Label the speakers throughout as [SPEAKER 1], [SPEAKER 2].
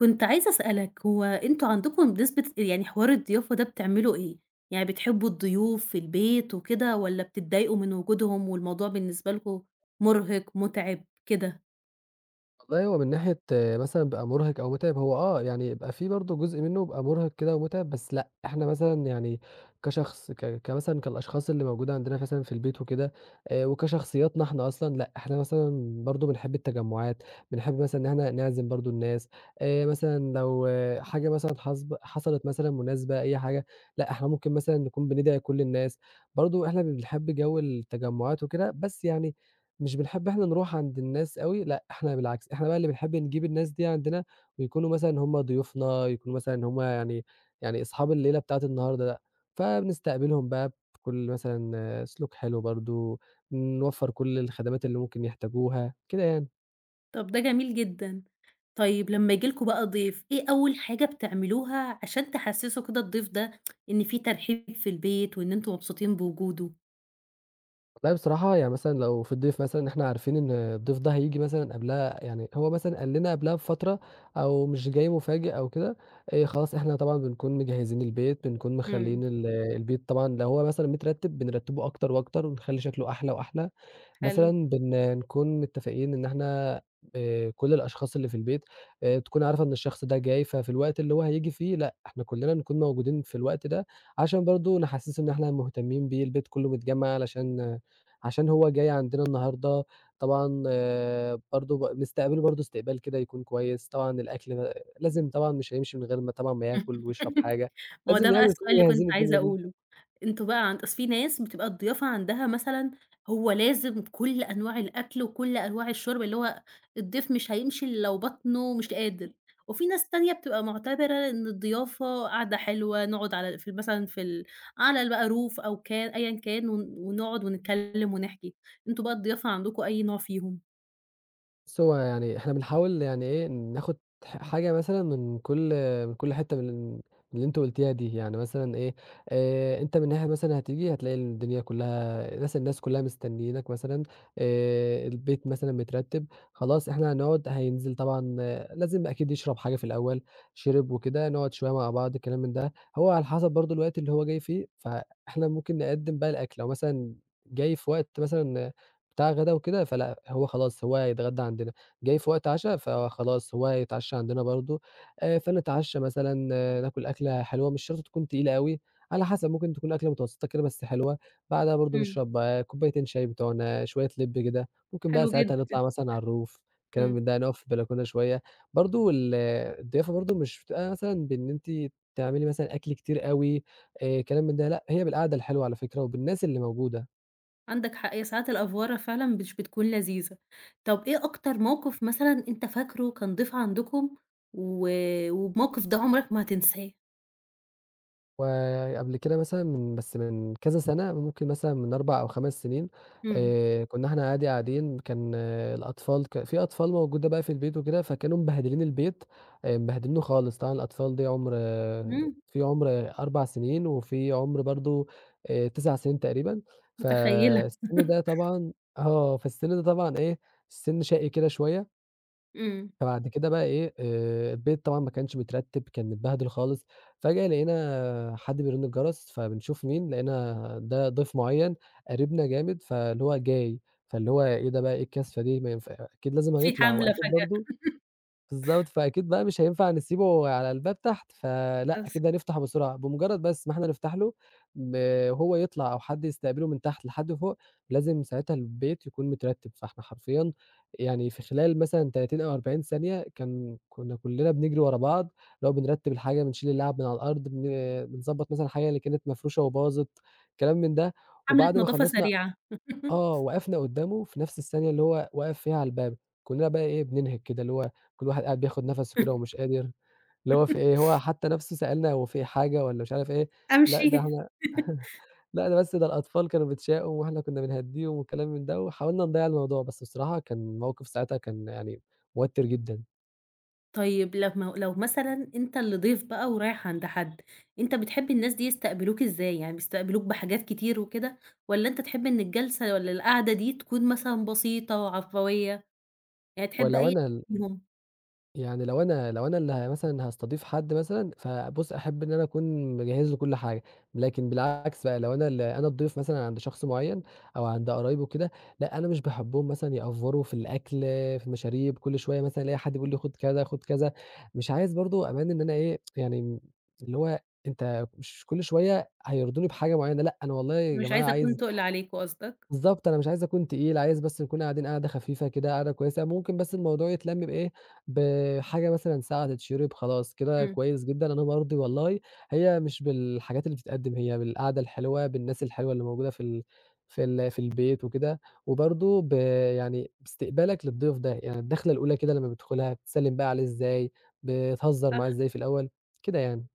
[SPEAKER 1] كنت عايزة أسألك هو أنتم عندكم بنسبة يعني حوار الضيافة ده بتعملوا إيه؟ يعني بتحبوا الضيوف في البيت وكده والّا بتتضايقوا من وجودهم والموضوع بالنسبة لكم مرهق، مُتعِب، كده؟
[SPEAKER 2] والله هو من ناحية مثلًا بقى مُرهق أو مُتعب، هو يعني يبقى في برضه جزء منّه بيبقى مُرهق كده ومُتعب، بس لأ، إحنا مثلًا يعني كشخص ك كمثلًا كالأشخاص اللي موجودة عندنا مثلًا في البيت وكده وكشخصياتنا إحنا أصلًا، لأ، إحنا مثلًا برضه بنحب التجمُّعات، بنحب مثلًا إن إحنا نعزم برضه الناس، مثلًا لو حاجة مثلًا حصلت مثلًا مناسبة أي حاجة، لأ، إحنا ممكن مثلًا نكون بندعي كل الناس، برضه إحنا بنحب جَو التجمُّعات وكده، بس يعني مش بنحب إحنا نروح عند الناس أوي، لأ إحنا بالعكس، إحنا بقى اللي بنحب نجيب الناس دي عندنا ويكونوا مثلًا هُم ضيوفنا، يكونوا مثلًا هُم يعني يعني أصحاب الليلة بتاعة النهارده لأ، فبنستقبلهم بقى بكل مثلًا سلوك حلو برضه، نوفّر كل الخدمات اللي ممكن يحتاجوها، كده يعني.
[SPEAKER 1] طب ده جميل جدًا. طيب لمّا ييجي لكم بقى ضيف، إيه أول حاجة بتعملوها عشان تحسّسوا كده الضيف ده إن في ترحيب في البيت وإن أنتم مبسوطين بوجوده؟
[SPEAKER 2] والله بصراحة يعني مثلًا لو في الضيف مثلًا إحنا عارفين إن الضيف ده هييجي مثلًا قبلها يعني هو مثلًا قال لنا قبلها بفترة أو مش جاي مفاجئ أو كده، خلاص إحنا طبعًا بنكون مجهّزين البيت، بنكون
[SPEAKER 1] إمم،
[SPEAKER 2] مخلّيين البيت طبعًا لو هو مثلًا مترتِّب بنرتّبه أكتر وأكتر ونخلّي شكله أحلى وأحلى.
[SPEAKER 1] حلو.
[SPEAKER 2] مثلًا نكون متّفقين إن إحنا كل الأشخاص اللي في البيت تكون عارفة إن الشخص ده جاي، ففي الوقت اللي هو هييجي فيه لأ، إحنا كُلّنا نكون موجودين في الوقت ده، عشان برضه نحسّسه إن إحنا مهتمين بيه، البيت كُلّه متجمّع علشان عشان هو جاي عندنا النهارده، طبعًا برضه نستقبله برضه استقبال كده يكون كويس، طبعًا الأكل لازم طبعًا مش هيمشي من غير ما طبعًا ما ياكل ويشرب حاجة،
[SPEAKER 1] ما هو ده
[SPEAKER 2] لازم
[SPEAKER 1] بقى
[SPEAKER 2] يعني نكون
[SPEAKER 1] السؤال اللي كنت
[SPEAKER 2] مجهّزين
[SPEAKER 1] عايزة
[SPEAKER 2] الدنيا دي.
[SPEAKER 1] أقوله. أنتم بقى عند أصل في ناس بتبقى الضيافة عندها مثلًا هو لازم كل أنواع الأكل وكل أنواع الشرب، اللي هو الضيف مش هيمشي إلا لو بطنه مش قادر، وفي ناس تانية بتبقى معتبرة إن الضيافة قعدة حلوة نقعد على في مثلًا في ال على بقى الروف أو كان أيًا كان ونقعد ونتكلم ونحكي، أنتم بقى الضيافة عندكم أي نوع فيهم؟
[SPEAKER 2] بُص، هو يعني إحنا بنحاول يعني إيه، ناخد حاجة مثلًا من كل حتّة من اللي أنتِ قُلتيها دي، يعني مثلًا إيه، أنت من ناحية مثلًا هتيجي هتلاقي الدنيا كُلّها الناس كُلّها مستنيينك مثلًا، البيت مثلًا مترتِّب، خلاص إحنا هنقعد هينزل طبعًا لازم أكيد يشرب حاجة في الأول، شرب وكده نقعد شوية مع بعض الكلام من ده، هو على حسب برضه الوقت اللي هو جاي فيه، فإحنا ممكن نقدّم بقى الأكل، لو مثلًا جاي في وقت مثلًا بتاع غدا وكده، فلأ هو خلاص هو هيتغدى عندنا، جاي في وقت عشا فخلاص هو هيتعشى عندنا برضه، فنتعشى مثلًا ناكل أكلة حلوة مش شرط تكون تقيلة أوي، على حسب ممكن تكون أكلة متوسطة كده بس حلوة، بعدها برضه
[SPEAKER 1] إمم،
[SPEAKER 2] نشرب كوبايتين شاي بتوعنا، شوية لِب كده، ممكن بقى
[SPEAKER 1] حلو جدًا،
[SPEAKER 2] ساعتها نطلع مثلًا على الروف، كلام
[SPEAKER 1] إمم.
[SPEAKER 2] من ده، نقف في البلكونة شوية، برضه الضيافة برضه مش بتبقى مثلًا بإن أنتِ تعملي مثلًا أكل كتير أوي، كلام من ده، لأ هي بالقعدة الحلوة على فكرة وبالناس اللي موجودة.
[SPEAKER 1] عندك حق، هي ساعات الأفوَرة فعلًا مش بتكون لذيذة. طب إيه أكتر موقف مثلًا أنت فاكره كان ضيف عندكم و والموقف ده عمرك ما هتنساه؟
[SPEAKER 2] وقبل كده مثلًا من كذا سنة، ممكن مثلًا من 4 أو 5 سنين،
[SPEAKER 1] إمم،
[SPEAKER 2] كُنّا إحنا عادي قاعدين كان الأطفال ك في أطفال موجودة بقى في البيت وكده، فكانوا مبهدلين البيت، مبهدلينه خالص، طبعًا الأطفال دي
[SPEAKER 1] إمم،
[SPEAKER 2] في عُمر 4 سنين وفي عُمر برضه 9 سنين تقريبًا،
[SPEAKER 1] متخيّلة.
[SPEAKER 2] فالسِن ده طبعًا فالسِن ده طبعًا إيه، سِن شقي كده شوية.
[SPEAKER 1] إمم،
[SPEAKER 2] فبعد كده بقى إيه، البيت طبعًا ما كانش مترتّب، كان متبهدل خالص، فجأة لقينا حد بيرن الجرس، فبنشوف مين، لقينا ده ضيف معيّن قريبنا جامد، فاللي هو جاي، فاللي هو إيه ده بقى، إيه الكثفة دي، ما ينفع أكيد لازم
[SPEAKER 1] في
[SPEAKER 2] هنطلع
[SPEAKER 1] حملة
[SPEAKER 2] وأكيد
[SPEAKER 1] فجأة،
[SPEAKER 2] برضه بالضبط، فأكيد بقى مش هينفع نسيبه على الباب تحت، فلأ
[SPEAKER 1] حصل،
[SPEAKER 2] أكيد هنفتحه بسرعة، بمجرد بس ما إحنا نفتح له ب وهو يطلع أو حد يستقبله من تحت لحد فوق، لازم ساعتها البيت يكون مترتب، فإحنا حرفيًا يعني في خلال مثلًا 30 أو 40 ثانية كنا كلنا بنجري ورا بعض، اللي هو بنرتب الحاجة، بنشيل اللعب من على الأرض، بنضبط مثلًا الحاجة اللي كانت مفروشة وباظت، كلام من ده،
[SPEAKER 1] حملة
[SPEAKER 2] وبعد ما
[SPEAKER 1] نضافة
[SPEAKER 2] خلّصنا
[SPEAKER 1] سريعة.
[SPEAKER 2] وقفنا قدّامه في نفس الثانية اللي هو وقف فيها على الباب، كلّنا بقى إيه بننهِك كده، اللي هو كل واحد قاعد بياخد نفَسه كده ومش قادر، اللي هو في إيه، هو حتى نفسه سألنا هو في حاجة والّا مش عارف إيه، لأ
[SPEAKER 1] أمشي.
[SPEAKER 2] ده إحنا لأ ده بس ده الأطفال كانوا بيتشاقوا وإحنا كنا بنهدّيهم وكلام من ده، وحاولنا نضيّع الموضوع، بس بصراحة كان موقف ساعتها كان يعني موتّر جدًا،
[SPEAKER 1] طيب لما لو مثلًا أنت اللي ضيف بقى ورايح عند حد، أنت بتحب الناس دي يستقبلوك إزاي؟ يعني بيستقبلوك بحاجات كتير وكده، والّا أنت تحب إن الجلسة والّا القعدة دي تكون مثلًا بسيطة وعفوية؟ يعني تحب
[SPEAKER 2] ولو
[SPEAKER 1] أي
[SPEAKER 2] أنا ال
[SPEAKER 1] فيهم؟
[SPEAKER 2] يعني لو أنا اللي مثلًا هاستضيف حد مثلًا، فبُص أحب إن أنا أكون مجهّز له كل حاجة، لكن بالعكس بقى لو أنا الضيف مثلًا عند شخص معيّن أو عند قرايبه وكده، لأ أنا مش باحبهم مثلًا يأفوروا في الأكل، في المشاريب، كل شوية مثلًا ألاقي حد بيقول لي خُد كذا، خُد كذا، مش عايز برضه أبان إن أنا إيه، يعني اللي هو أنت مش كل شوية هيرضوني بحاجة معيّنة، لأ أنا والله يا
[SPEAKER 1] مش
[SPEAKER 2] جماعة
[SPEAKER 1] عايزة أكون
[SPEAKER 2] عايز
[SPEAKER 1] تُقل عليك قصدك.
[SPEAKER 2] بالضبط، أنا مش عايز أكون تقيل، عايز بس نكون قاعدين قعدة خفيفة كده، قعدة كويسة، ممكن بس الموضوع يتلَم بإيه، بحاجة مثلًا ساقعة تتشرب خلاص كده
[SPEAKER 1] إمم.
[SPEAKER 2] كويس جدًا، أنا مرضي والله، هي مش بالحاجات اللي بتتقدّم، هي بالقعدة الحلوة، بالناس الحلوة اللي موجودة في البيت وكده، وبرضه يعني باستقبالك للضيف ده، يعني الدخلة الأولى كده لمّا بتدخلها بتسلِّم بقى عليه إزاي، بتهزر معاه إزاي في الأول، كده يعني.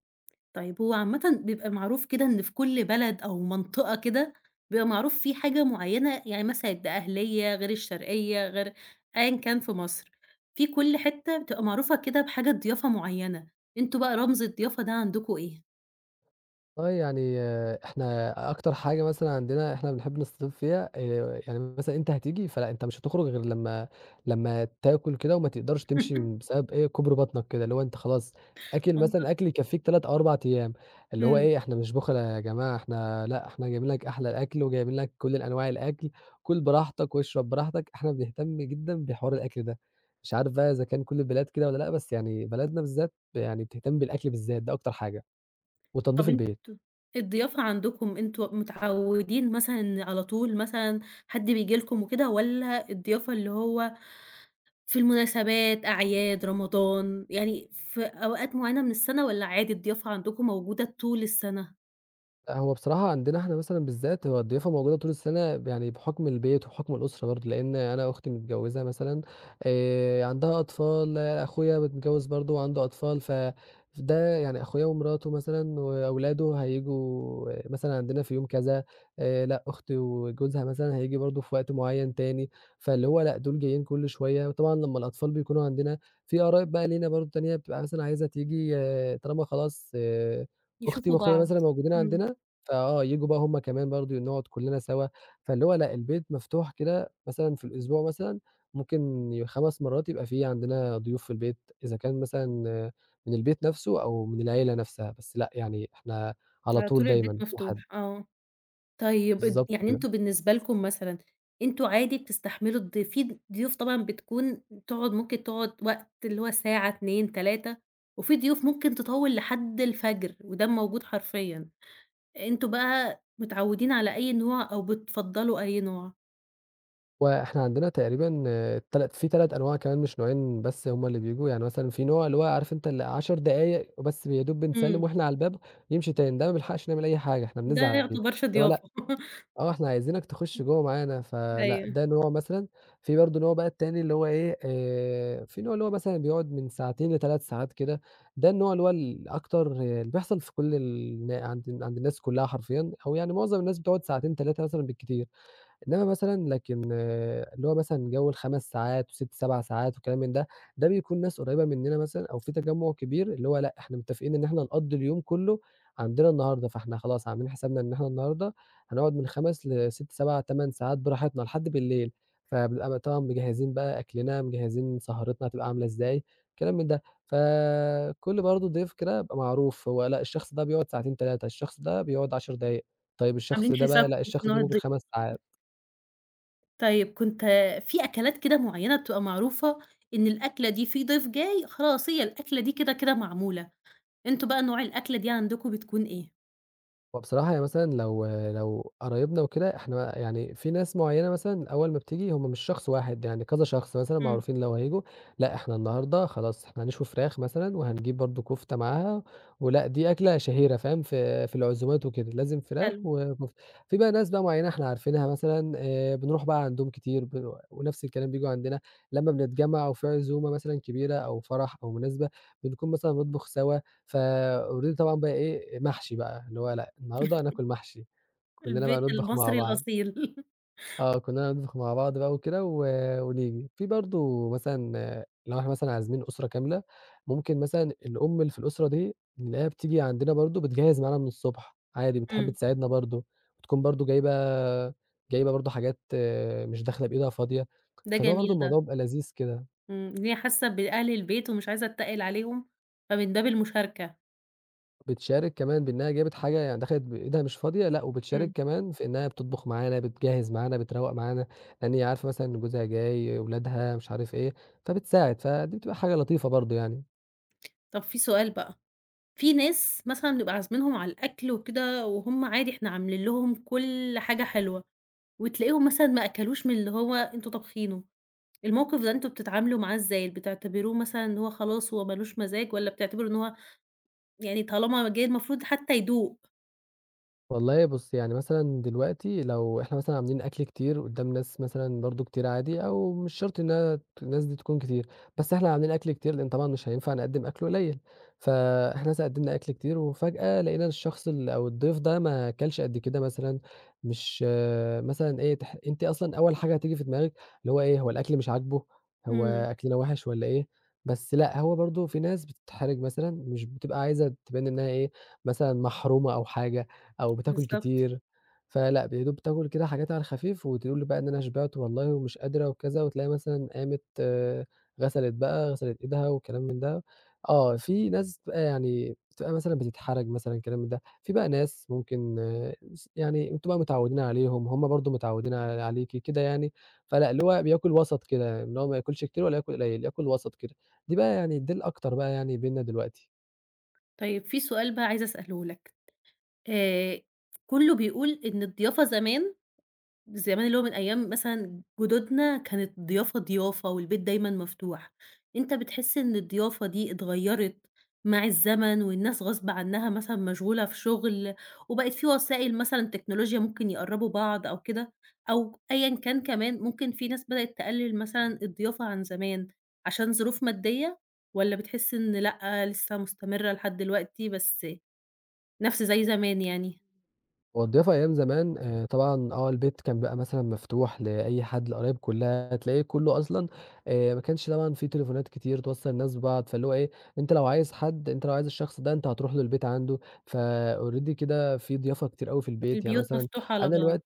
[SPEAKER 1] طيب هو عامةً بيبقى معروف كده إن في كل بلد أو منطقة كده، بيبقى معروف في حاجة معيّنة، يعني مثلًا الدقهلية غير الشرقية غير أيًا كان في مصر، في كل حتّة بتبقى معروفة كده بحاجة ضيافة معيّنة، أنتم بقى رمز الضيافة ده عندكم إيه؟
[SPEAKER 2] والله يعني إحنا أكتر حاجة مثلًا عندنا إحنا بنحب نستضيف فيها يعني مثلًا أنت هتيجي فلأ أنت مش هتخرج غير لمّا تاكل كده وما تقدرش تمشي بسبب إيه، كُبْر بطنك كده، اللي هو أنت خلاص أكل مثلًا
[SPEAKER 1] منطقي.
[SPEAKER 2] أكل يكفّيك 3 أو 4 أيام، اللي هو
[SPEAKER 1] إمم.
[SPEAKER 2] إيه إحنا مش بُخلا يا جماعة، إحنا لأ إحنا جايبين لك أحلى أكل وجايبين لك كل أنواع الأكل، كُل براحتك واشرب براحتك، إحنا بنهتم جدًا بحوار الأكل ده، مش عارف بقى إذا كان كل البلاد كده والّا لأ، بس يعني بلدنا بالذات يعني بتهتم بالأكل بالذات ده أكتر حاجة، وتنضيف
[SPEAKER 1] طب أنتم
[SPEAKER 2] البيت.
[SPEAKER 1] الضيافة عندكم أنتم متعودين مثلًا إن على طول مثلًا حد بييجي لكم وكده، والّا الضيافة اللي هو في المناسبات، أعياد، رمضان، يعني في أوقات معينة من السنة، والّا عادي الضيافة عندكم موجودة طول السنة؟
[SPEAKER 2] لأ، هو بصراحة عندنا إحنا مثلًا بالذات هو الضيافة موجودة طول السنة يعني بحُكم البيت وبحُكم الأسرة برضه، لإن أنا أختي متجوّزة مثلًا عندها أطفال، أخويا متجوّز برضه وعنده أطفال، فده يعني أخويا ومراته مثلًا وأولاده هييجوا مثلًا عندنا في يوم كذا، لأ أختي وجوزها مثلًا هييجي برضه في وقت معيّن تاني، فاللي هو لأ دول جايين كل شوية، وطبعًا لمّا الأطفال بيكونوا عندنا في قرايب بقى لينا برضه تانية بتبقى مثلًا عايزة تيجي طالما خلاص أختي
[SPEAKER 1] يشوفوا
[SPEAKER 2] وأخويا
[SPEAKER 1] بعض،
[SPEAKER 2] مثلًا موجودين
[SPEAKER 1] إمم،
[SPEAKER 2] عندنا فآه، ييجوا بقى هُم كمان برضه نقعد كلّنا سوا، فاللي هو لأ، البيت مفتوح كده مثلًا في الأسبوع مثلًا ممكن 5 مرات يبقى في عندنا ضيوف في البيت، إذا كان مثلًا من البيت نَفْسه أو من العيلة نَفْسها، بس لأ، يعني إحنا على
[SPEAKER 1] على
[SPEAKER 2] طول
[SPEAKER 1] طول البيت
[SPEAKER 2] دايمًا في حد.
[SPEAKER 1] مفتوح، آه. طيب اد
[SPEAKER 2] بالضبط
[SPEAKER 1] يعني
[SPEAKER 2] كده.
[SPEAKER 1] أنتم بالنسبة لكم مثلًا، أنتم عادي بتستحملوا الضيف في ضيوف طبعًا بتكون تقعد ممكن تقعد وقت اللي هو ساعة، 2، 3 وفي ضيوف ممكن تطوِّل لحد الفجر وده موجود حرفيًا، أنتم بقى متعوِّدين على أي نوع أو بتفضّلوا أي نوع؟
[SPEAKER 2] وإحنا عندنا تقريبًا تلات في 3 أنواع كمان مش نوعين بس هُم اللي بييجوا، يعني مثلًا في نوع اللي هو عارف أنت ال 10 دقايق وبس يا دوب
[SPEAKER 1] إمم،
[SPEAKER 2] بنسلِّم وإحنا على الباب يمشي تاني، ده ما بنلحقش نعمل أي حاجة، إحنا
[SPEAKER 1] ده ما
[SPEAKER 2] بنزعل، اللي
[SPEAKER 1] يعتبرش
[SPEAKER 2] هو لأ
[SPEAKER 1] ضيافة
[SPEAKER 2] إحنا عايزينك تخُش جوّه معانا، فلأ،
[SPEAKER 1] أيوه،
[SPEAKER 2] ده نوع مثلًا. في برضه نوع بقى التاني اللي هو إيه، في نوع اللي هو مثلًا بيقعد من ساعتين ل3 ساعات كده، ده النوع اللي هو الأكتر اللي بيحصل في كل النا عند عند الناس كُلّها حرفيًا، أو يعني معظم الناس بتقعد ساعتين، 3 مثلًا بالكتير. إنما مثلًا لكن اللي هو مثلًا جو ال5 ساعات و6، 7 ساعات وكلام من ده، ده بيكون ناس قريّبة مننا مثلًا أو في تجمُّع كبير، اللي هو لأ، إحنا متّفقين إن إحنا هنقضّي اليوم كُلّه عندنا النهارده، فإحنا خلاص عاملين حسابنا إن إحنا النهارده هنقعد من 5 ل6، 7، 8 ساعات براحتنا لحد بالليل، فبنبقى بقى طبعًا مجهّزين بقى أكلنا، مجهّزين سهرتنا هتبقى عاملة إزاي، كلام من ده. فكل برضه ضيف كده بيبقى معروف، هو لأ، الشخص ده بيقعد ساعتين، 3، الشخص ده بيقعد 10 دقايق، طيب الشخص
[SPEAKER 1] عاملين
[SPEAKER 2] ده بقى لأ،
[SPEAKER 1] حسابكم في
[SPEAKER 2] الشخص
[SPEAKER 1] نوع
[SPEAKER 2] ده ممكن
[SPEAKER 1] الضيف.
[SPEAKER 2] 5 ساعات.
[SPEAKER 1] طيب كنت في أكلات كده معيّنة بتبقى معروفة إن الأكلة دي في ضيف جاي خلاص هي الأكلة دي كده، كده معمولة؟ أنتم بقى نوع الأكلة دي عندكم بتكون إيه؟
[SPEAKER 2] هو بصراحة يعني مثلًا لو قرايبنا وكده، إحنا يعني في ناس معيّنة مثلًا أول ما بتيجي هم مش شخص واحد، يعني كذا شخص مثلًا
[SPEAKER 1] إمم.
[SPEAKER 2] معروفين لو هييجوا، لأ إحنا النهارده خلاص إحنا هنشوي فراخ مثلًا وهنجيب برضه كفتة معاها، ولأ دي أكلة شهيرة فاهم، في العزومات وكده، لازم فراخ
[SPEAKER 1] حلو،
[SPEAKER 2] وكفتة. في بقى ناس بقى معيّنة إحنا عارفينها مثلًا بنروح بقى عندهم كتير ونفس الكلام بييجوا عندنا، لمّا بنتجمّع وفي عزومة مثلًا كبيرة أو فرح أو مناسبة، بنكون مثلًا بنطبخ سوا فalready طبعًا بقى إيه، محشي بقى، اللي هو لأ، النهارده هناكل محشي، كُلّنا
[SPEAKER 1] البيت
[SPEAKER 2] بقى نطبخ مع
[SPEAKER 1] المصري
[SPEAKER 2] بعض،
[SPEAKER 1] الأصيل.
[SPEAKER 2] كُلّنا نطبخ مع بعض بقى وكده و ونيجي. في برضه مثلًا لو إحنا مثلًا عازمين أسرة كاملة، ممكن مثلًا الأم اللي في الأسرة دي نلاقيها بتيجي عندنا برضه بتجهّز معانا من الصبح، عادي بتحب
[SPEAKER 1] إمم.
[SPEAKER 2] تساعدنا برضه، وتكون برضه جايبة برضه حاجات مش داخلة بإيدها فاضية،
[SPEAKER 1] ده
[SPEAKER 2] فاللي هو
[SPEAKER 1] جميل
[SPEAKER 2] برضه
[SPEAKER 1] ده،
[SPEAKER 2] الموضوع بيبقى لذيذ كده.
[SPEAKER 1] إمم، إن هي حاسة بأهل البيت ومش عايزة أتّقل عليهم، فمن باب المشاركة.
[SPEAKER 2] بتشارك كمان بإنها جابت حاجة يعني دخلت بإيدها مش فاضية، لأ وبتشارك
[SPEAKER 1] إمم.
[SPEAKER 2] كمان في إنها بتطبخ معانا، بتجهّز معانا، بتروّق معانا، لإن هي عارفة مثلًا إن جوزها جاي، ولادها، مش عارف إيه، فبتساعد، فدي بتبقى حاجة لطيفة برضه يعني.
[SPEAKER 1] طب في سؤال بقى، في ناس مثلًا بنبقى عازمينهم على الأكل وكده وهُم عادي إحنا عاملين لهم كل حاجة حلوة، وتلاقيهم مثلًا ما أكلوش من اللي هو أنتم طابخينه، الموقف ده أنتم بتتعاملوا معاه إزاي؟ بتعتبروه مثلًا إن هو خلاص هو ما لوش مزاج والّا بتعتبروا إن هو يعني طالما جِه المفروض حتى يدوق؟
[SPEAKER 2] والله بُص، يعني مثلًا دلوقتي لو إحنا مثلًا عاملين أكل كتير قدّام ناس مثلًا برضه كتير عادي أو مش شرط إنها الناس دي تكون كتير، بس إحنا عاملين أكل كتير لإن طبعًا مش هينفع نقدّم أكل قليل، فإحنا مثلًا قدّمنا أكل كتير وفجأة لقينا الشخص ال أو الضيف ده ما كلش قد كده مثلًا، مش مثلًا إيه أنتِ أصلًا أول حاجة هتيجي في دماغِك اللي هو إيه، هو الأكل مش عاجبه، هو
[SPEAKER 1] إمم.
[SPEAKER 2] أكلنا وِحِش والّا إيه؟ بس لأ، هو برضه في ناس بتتحرج مثلًا، مش بتبقى عايزة تبان إنها إيه، مثلًا محرومة أو حاجة. أو بتاكل
[SPEAKER 1] بالضبط.
[SPEAKER 2] كتير، فلأ يا دوب بتاكل كده حاجات على الخفيف وتقول لي بقى إن أنا شبعت والله ومش قادرة وكذا، وتلاقيها مثلًا قامت غسلت بقى، غسلت إيدها وكلام من ده. في ناس بتبقى يعني بتبقى مثلًا بتتحرج مثلًا كلام من ده، في بقى ناس ممكن آه، س يعني أنتم بقى متعودين عليهم، هم برضه متعودين عليكِ كده يعني، فلأ اللي هو بياكل وسط كده، اللي هو ما ياكلش كتير ولا ياكل قليل، ياكل وسط كده. دي بقى يعني دي الأكتر بقى يعني بيننا دلوقتي.
[SPEAKER 1] طيب في سؤال بقى عايزة أسأله لك، آآ كُلّه بيقول إن الضيافة زمان اللي هو من أيام مثلًا جدودنا كانت ضيافة والبيت دايمًا مفتوح، أنت بتحس إن الضيافة دي اتغيّرت مع الزمن والناس غصب عنها مثلًا مشغولة في شغل، وبقت في وسائل مثلًا تكنولوجيا ممكن يقرّبوا بعض أو كده، أو أيًا كان كمان ممكن في ناس بدأت تقلِّل مثلًا الضيافة عن زمان عشان ظروف مادية، والّا بتحس إن لأ، لسه مستمرة لحد دلوقتي بس نَفْس زي زمان يعني؟
[SPEAKER 2] هو الضيافة أيام زمان طبعًا البيت كان بقى مثلًا مفتوح لأي حد، القرايب كلّها تلاقي كُلّه أصلًا ما كانش طبعًا في تليفونات كتير توصّل الناس ببعض، فاللي هو إيه، أنت لو عايز الشخص ده أنت هتروح له البيت عنده، فalready كده في ضيافة كتير أوي في البيت، يعني
[SPEAKER 1] البيوت
[SPEAKER 2] مثلًا
[SPEAKER 1] مفتوحة على
[SPEAKER 2] أنا
[SPEAKER 1] بعض.
[SPEAKER 2] الوقت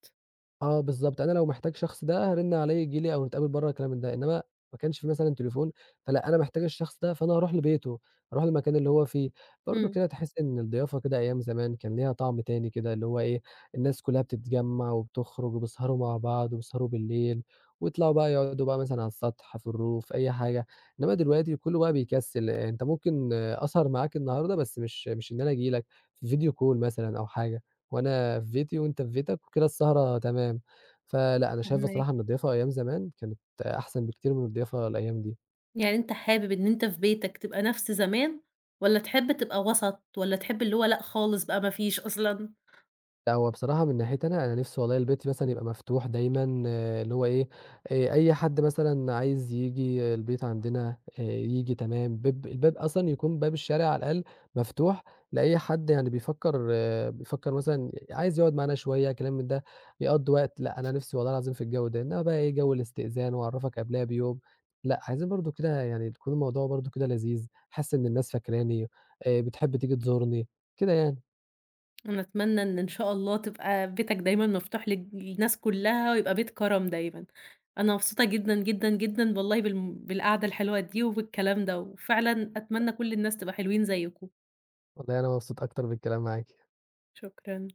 [SPEAKER 2] بالضبط، أنا لو محتاج شخص ده هارِنّ عليه ييجي لي أو نتقابل برّه الكلام من ده، إنّما ما كانش في مثلًا تليفون، فلأ أنا محتاج الشخص ده فأنا هاروح لبيته، هاروح المكان اللي هو فيه. برضه
[SPEAKER 1] إمم.
[SPEAKER 2] كده تحس إن الضيافة كده أيام زمان كان ليها طعم تاني كده، اللي هو إيه، الناس كلّها بتتجمّع وبتخرج وبيسهروا مع بعض وبيسهروا بالليل ويطلعوا بقى يقعدوا بقى مثلًا على السطح، في الroof أي حاجة. إنّما دلوقتي كُلّه بقى بيكسّل، أنت ممكن أسهر معاك النهارده بس مش إن أنا آجي لك، في video call مثلًا أو حاجة. وأنا في بيتي وأنت في بيتك وكده السهرة تمام، فلأ أنا شايف
[SPEAKER 1] فاهماكِ.
[SPEAKER 2] بصراحة إن الضيافة أيام زمان كانت أحسن بكتير من الضيافة الأيام دي.
[SPEAKER 1] يعني أنت حابب إن أنت في بيتك تبقى نفس زمان، والّا تحب تبقى وسط، والّا تحب اللي هو لأ خالص بقى ما فيش أصلًا؟
[SPEAKER 2] لأ، هو بصراحة من ناحيتي أنا، أنا نِفْسي والله البيت مثلًا يبقى مفتوح دايمًا اللي هو إيه، أي حد مثلًا عايز ييجي البيت عندنا ييجي تمام، الباب أصلًا يكون باب الشارع على الأقل مفتوح لأي حد يعني بيفكّر بيفكّر مثلًا عايز يقعد معانا شوية كلام من ده، يقضّي وقت، لأ، أنا نِفْسي والله العظيم في الجو ده، إنّما بقى إيه جو الاستئذان وأعرّفك قبلها بيوم، لأ، عايزين برضه كده يعني تكون الموضوع برضه كده لذيذ، حاسس إن الناس فاكراني، بتحب تيجي تزورني، كده يعني.
[SPEAKER 1] أنا أتمنى إن شاء الله تبقى بيتك دايمًا مفتوح للناس كلّها، ويبقى بيت كرم دايمًا. أنا مبسوطة جدًا، جدًا، جدًا والله بالقعدة الحلوة دي وبالكلام ده، وفعلًا أتمنى كل الناس تبقى حلوين زيكم.
[SPEAKER 2] والله أنا مبسوط أكتر بالكلام معاكِ.
[SPEAKER 1] شكرًا.